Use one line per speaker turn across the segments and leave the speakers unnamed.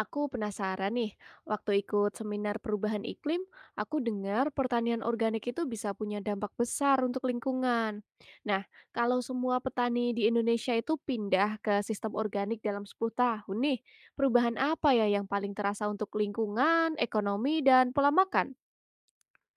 Aku penasaran nih, waktu ikut seminar perubahan iklim, aku dengar pertanian organik itu bisa punya dampak besar untuk lingkungan. Nah, kalau semua petani di Indonesia itu pindah ke sistem organik dalam 10 tahun nih, perubahan apa ya yang paling terasa untuk lingkungan, ekonomi, dan pola makan?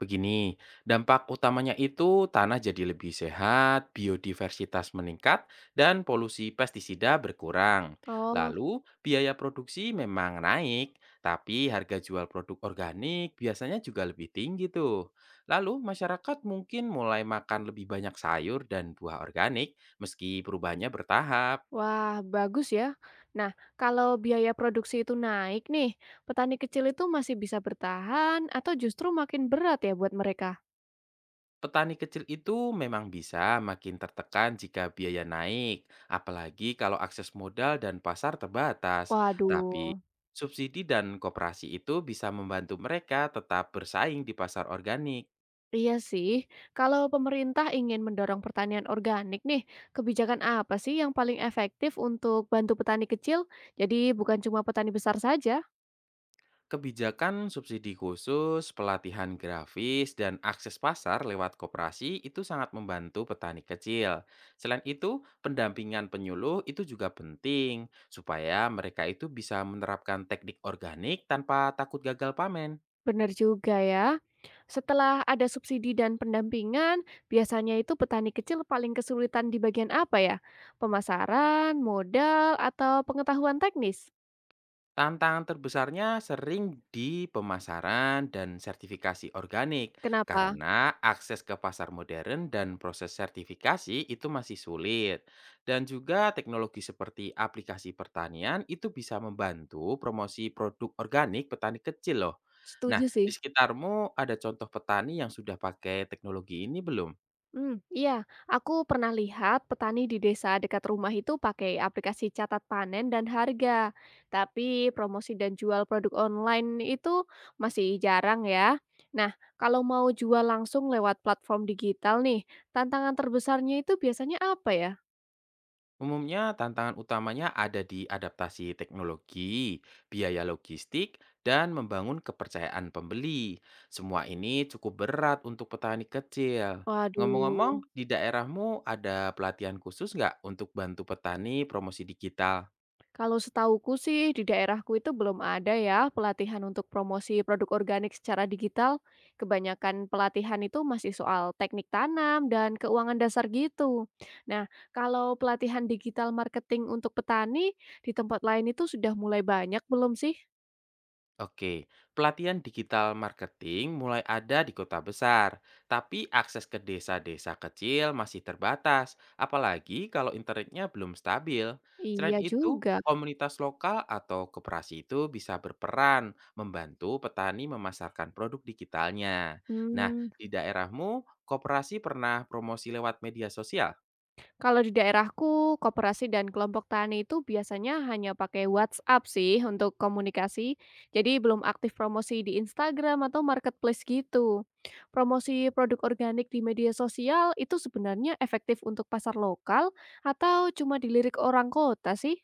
Begini, dampak utamanya itu tanah jadi lebih sehat, biodiversitas meningkat, dan polusi pestisida berkurang.
Oh,
Lalu, biaya produksi memang naik, tapi harga jual produk organik biasanya juga lebih tinggi tuh. Lalu, masyarakat mungkin mulai makan lebih banyak sayur dan buah organik meski perubahannya bertahap.
wah bagus ya. Nah, kalau biaya produksi itu naik nih, petani kecil itu masih bisa bertahan atau justru makin berat ya buat mereka?
Petani kecil itu memang bisa makin tertekan jika biaya naik, apalagi kalau akses modal dan pasar terbatas.
Waduh.
Tapi subsidi dan koperasi itu bisa membantu mereka tetap bersaing di pasar organik.
Iya sih, kalau pemerintah ingin mendorong pertanian organik nih, kebijakan apa sih yang paling efektif untuk bantu petani kecil? Jadi bukan cuma petani besar saja,
Kebijakan subsidi khusus, pelatihan grafis, dan akses pasar lewat koperasi itu sangat membantu petani kecil. Selain itu, pendampingan penyuluh itu juga penting supaya mereka itu bisa menerapkan teknik organik tanpa takut gagal pamen.
benar juga ya. Setelah ada subsidi dan pendampingan, biasanya itu petani kecil paling kesulitan di bagian apa ya? Pemasaran, modal, atau pengetahuan teknis?
Tantangan terbesarnya sering di pemasaran dan sertifikasi organik,
Kenapa?
karena akses ke pasar modern dan proses sertifikasi itu masih sulit. Dan juga teknologi seperti aplikasi pertanian itu bisa membantu promosi produk organik petani kecil loh. Nah,
Setuju
di
sih.
sekitarmu ada contoh petani yang sudah pakai teknologi ini belum?
Iya, aku pernah lihat petani di desa dekat rumah itu pakai aplikasi catat panen dan harga. Tapi promosi dan jual produk online itu masih jarang ya. Nah, kalau mau jual langsung lewat platform digital nih, tantangan terbesarnya itu biasanya apa ya?
Umumnya, tantangan utamanya ada di adaptasi teknologi, biaya logistik, dan membangun kepercayaan pembeli. Semua ini cukup berat untuk petani kecil. Ngomong-ngomong,
Waduh.
di daerahmu ada pelatihan khusus nggak untuk bantu petani promosi digital?
Kalau setahuku sih di daerahku itu belum ada ya pelatihan untuk promosi produk organik secara digital. Kebanyakan pelatihan itu masih soal teknik tanam dan keuangan dasar gitu. Nah, kalau pelatihan digital marketing untuk petani di tempat lain itu sudah mulai banyak belum sih?
Oke, pelatihan digital marketing mulai ada di kota besar, tapi akses ke desa-desa kecil masih terbatas, apalagi kalau internetnya belum stabil. Selain
Iya
itu,
juga.
komunitas lokal atau koperasi itu bisa berperan membantu petani memasarkan produk digitalnya. Nah,
Hmm.
di daerahmu, koperasi pernah promosi lewat media sosial?
Kalau di daerahku, koperasi dan kelompok tani itu biasanya hanya pakai WhatsApp sih untuk komunikasi. Jadi belum aktif promosi di Instagram atau marketplace gitu. Promosi produk organik di media sosial itu sebenarnya efektif untuk pasar lokal atau cuma dilirik orang kota sih?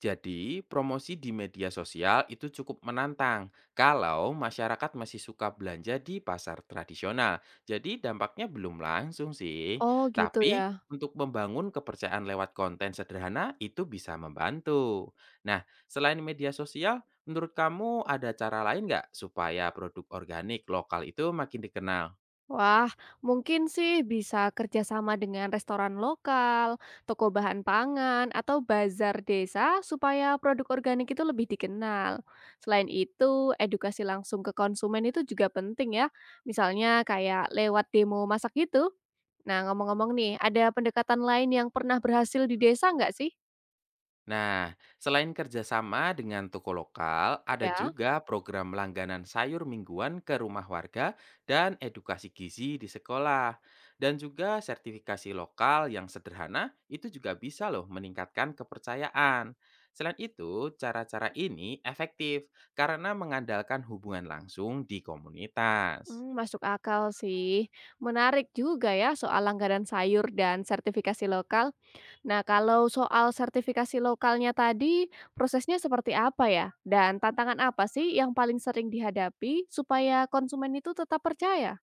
Jadi, promosi di media sosial itu cukup menantang kalau masyarakat masih suka belanja di pasar tradisional. Jadi, dampaknya belum langsung sih,
Oh gitu ya.
tapi untuk membangun kepercayaan lewat konten sederhana itu bisa membantu. Nah, selain media sosial, menurut kamu ada cara lain nggak supaya produk organik lokal itu makin dikenal?
Wah, mungkin sih bisa kerjasama dengan restoran lokal, toko bahan pangan, atau bazar desa supaya produk organik itu lebih dikenal. Selain itu, edukasi langsung ke konsumen itu juga penting ya. Misalnya kayak lewat demo masak gitu. Nah, ngomong-ngomong nih, ada pendekatan lain yang pernah berhasil di desa nggak sih?
Nah, selain kerjasama dengan toko lokal, ada
Ya,
juga program langganan sayur mingguan ke rumah warga dan edukasi gizi di sekolah. Dan juga sertifikasi lokal yang sederhana itu juga bisa loh meningkatkan kepercayaan. Selain itu, cara-cara ini efektif karena mengandalkan hubungan langsung di komunitas.
hmm, masuk akal sih. Menarik juga ya soal langganan sayur dan sertifikasi lokal. Nah, kalau soal sertifikasi lokalnya tadi, prosesnya seperti apa ya? Dan tantangan apa sih yang paling sering dihadapi supaya konsumen itu tetap percaya?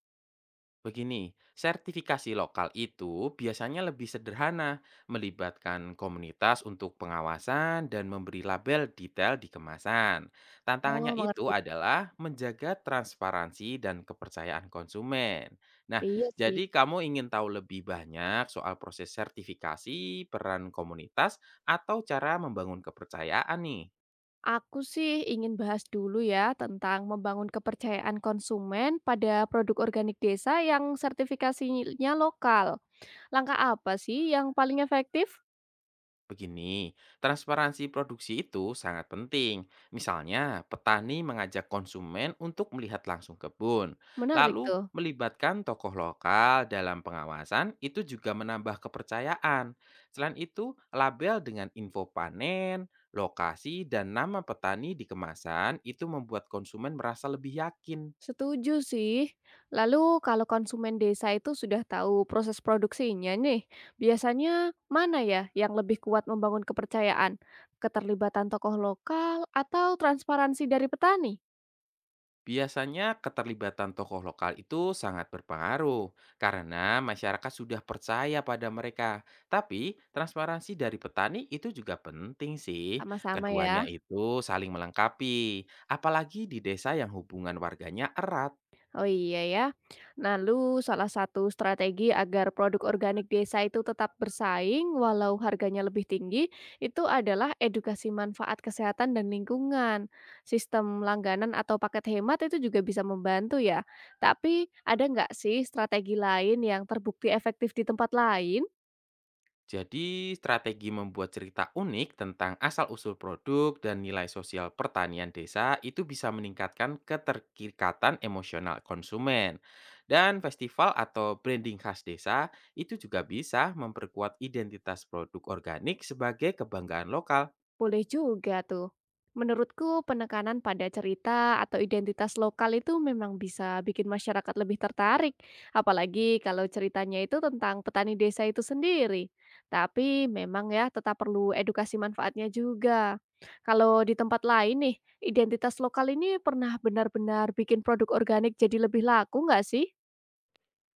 Begini, sertifikasi lokal itu biasanya lebih sederhana, melibatkan komunitas untuk pengawasan dan memberi label detail di kemasan. Tantangannya
Oh, mengerti.
itu adalah menjaga transparansi dan kepercayaan konsumen. Nah,
Iya sih.
jadi kamu ingin tahu lebih banyak soal proses sertifikasi, peran komunitas, atau cara membangun kepercayaan nih?
Aku sih ingin bahas dulu ya tentang membangun kepercayaan konsumen pada produk organik desa yang sertifikasinya lokal. Langkah apa sih yang paling efektif?
Begini, transparansi produksi itu sangat penting. Misalnya, petani mengajak konsumen untuk melihat langsung kebun.
Menarik
Lalu,
tuh.
melibatkan tokoh lokal dalam pengawasan itu juga menambah kepercayaan. Selain itu, label dengan info panen, lokasi, dan nama petani di kemasan itu membuat konsumen merasa lebih yakin.
Setuju sih. Lalu kalau konsumen desa itu sudah tahu proses produksinya nih, biasanya mana ya yang lebih kuat membangun kepercayaan? Keterlibatan tokoh lokal atau transparansi dari petani?
Biasanya keterlibatan tokoh lokal itu sangat berpengaruh karena masyarakat sudah percaya pada mereka. Tapi transparansi dari petani itu juga penting sih.
Sama-sama ya.
Keduanya itu saling melengkapi, apalagi di desa yang hubungan warganya erat.
Oh iya ya. Lalu salah satu strategi agar produk organik desa itu tetap bersaing walau harganya lebih tinggi itu adalah edukasi manfaat kesehatan dan lingkungan. Sistem langganan atau paket hemat itu juga bisa membantu ya. Tapi ada nggak sih strategi lain yang terbukti efektif di tempat lain?
Jadi, strategi membuat cerita unik tentang asal-usul produk dan nilai sosial pertanian desa itu bisa meningkatkan keterikatan emosional konsumen. Dan festival atau branding khas desa itu juga bisa memperkuat identitas produk organik sebagai kebanggaan lokal.
Boleh juga tuh. Menurutku penekanan pada cerita atau identitas lokal itu memang bisa bikin masyarakat lebih tertarik, apalagi kalau ceritanya itu tentang petani desa itu sendiri. Tapi memang ya tetap perlu edukasi manfaatnya juga. Kalau di tempat lain nih, identitas lokal ini pernah benar-benar bikin produk organik jadi lebih laku nggak sih?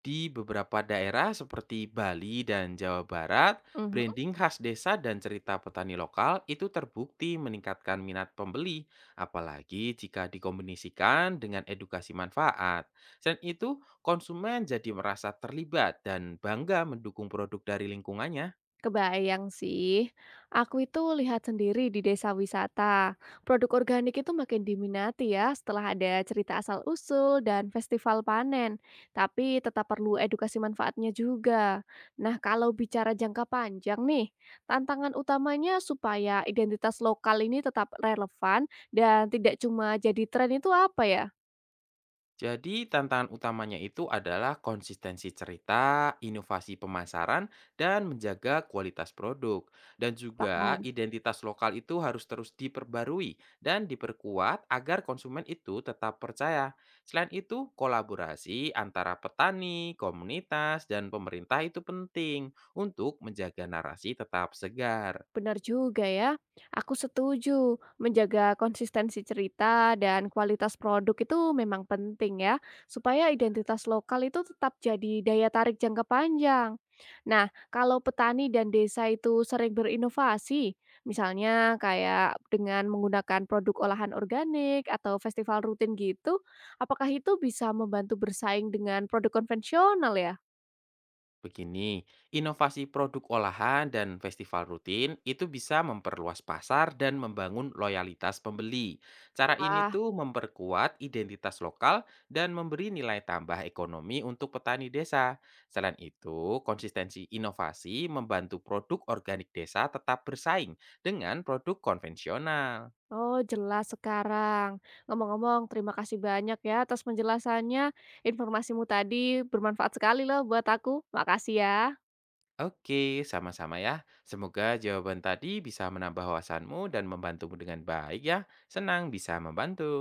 Di beberapa daerah seperti Bali dan Jawa Barat, branding khas desa dan cerita petani lokal itu terbukti meningkatkan minat pembeli, apalagi jika dikombinasikan dengan edukasi manfaat. Selain itu, konsumen jadi merasa terlibat dan bangga mendukung produk dari lingkungannya.
Kebayang sih. Aku itu lihat sendiri di desa wisata. Produk organik itu makin diminati ya setelah ada cerita asal-usul dan festival panen. Tapi tetap perlu edukasi manfaatnya juga. Nah, kalau bicara jangka panjang nih, tantangan utamanya supaya identitas lokal ini tetap relevan dan tidak cuma jadi tren itu apa ya?
Jadi tantangan utamanya itu adalah konsistensi cerita, inovasi pemasaran, dan menjaga kualitas produk. Dan juga
Paham.
identitas lokal itu harus terus diperbarui dan diperkuat agar konsumen itu tetap percaya. Selain itu, kolaborasi antara petani, komunitas, dan pemerintah itu penting untuk menjaga narasi tetap segar.
Benar juga ya. Aku setuju, menjaga konsistensi cerita dan kualitas produk itu memang penting ya, supaya identitas lokal itu tetap jadi daya tarik jangka panjang. Nah, kalau petani dan desa itu sering berinovasi, misalnya kayak dengan menggunakan produk olahan organik atau festival rutin gitu, apakah itu bisa membantu bersaing dengan produk konvensional ya?
Begini, inovasi produk olahan dan festival rutin itu bisa memperluas pasar dan membangun loyalitas pembeli. Cara ini
Wah,
tuh memperkuat identitas lokal dan memberi nilai tambah ekonomi untuk petani desa. Selain itu, konsistensi inovasi membantu produk organik desa tetap bersaing dengan produk konvensional.
oh, jelas sekarang. Ngomong-ngomong, terima kasih banyak ya atas penjelasannya. Informasimu tadi bermanfaat sekali loh buat aku. Makasih ya.
Oke, sama-sama ya. Semoga jawaban tadi bisa menambah wawasanmu dan membantumu dengan baik ya. Senang bisa membantu.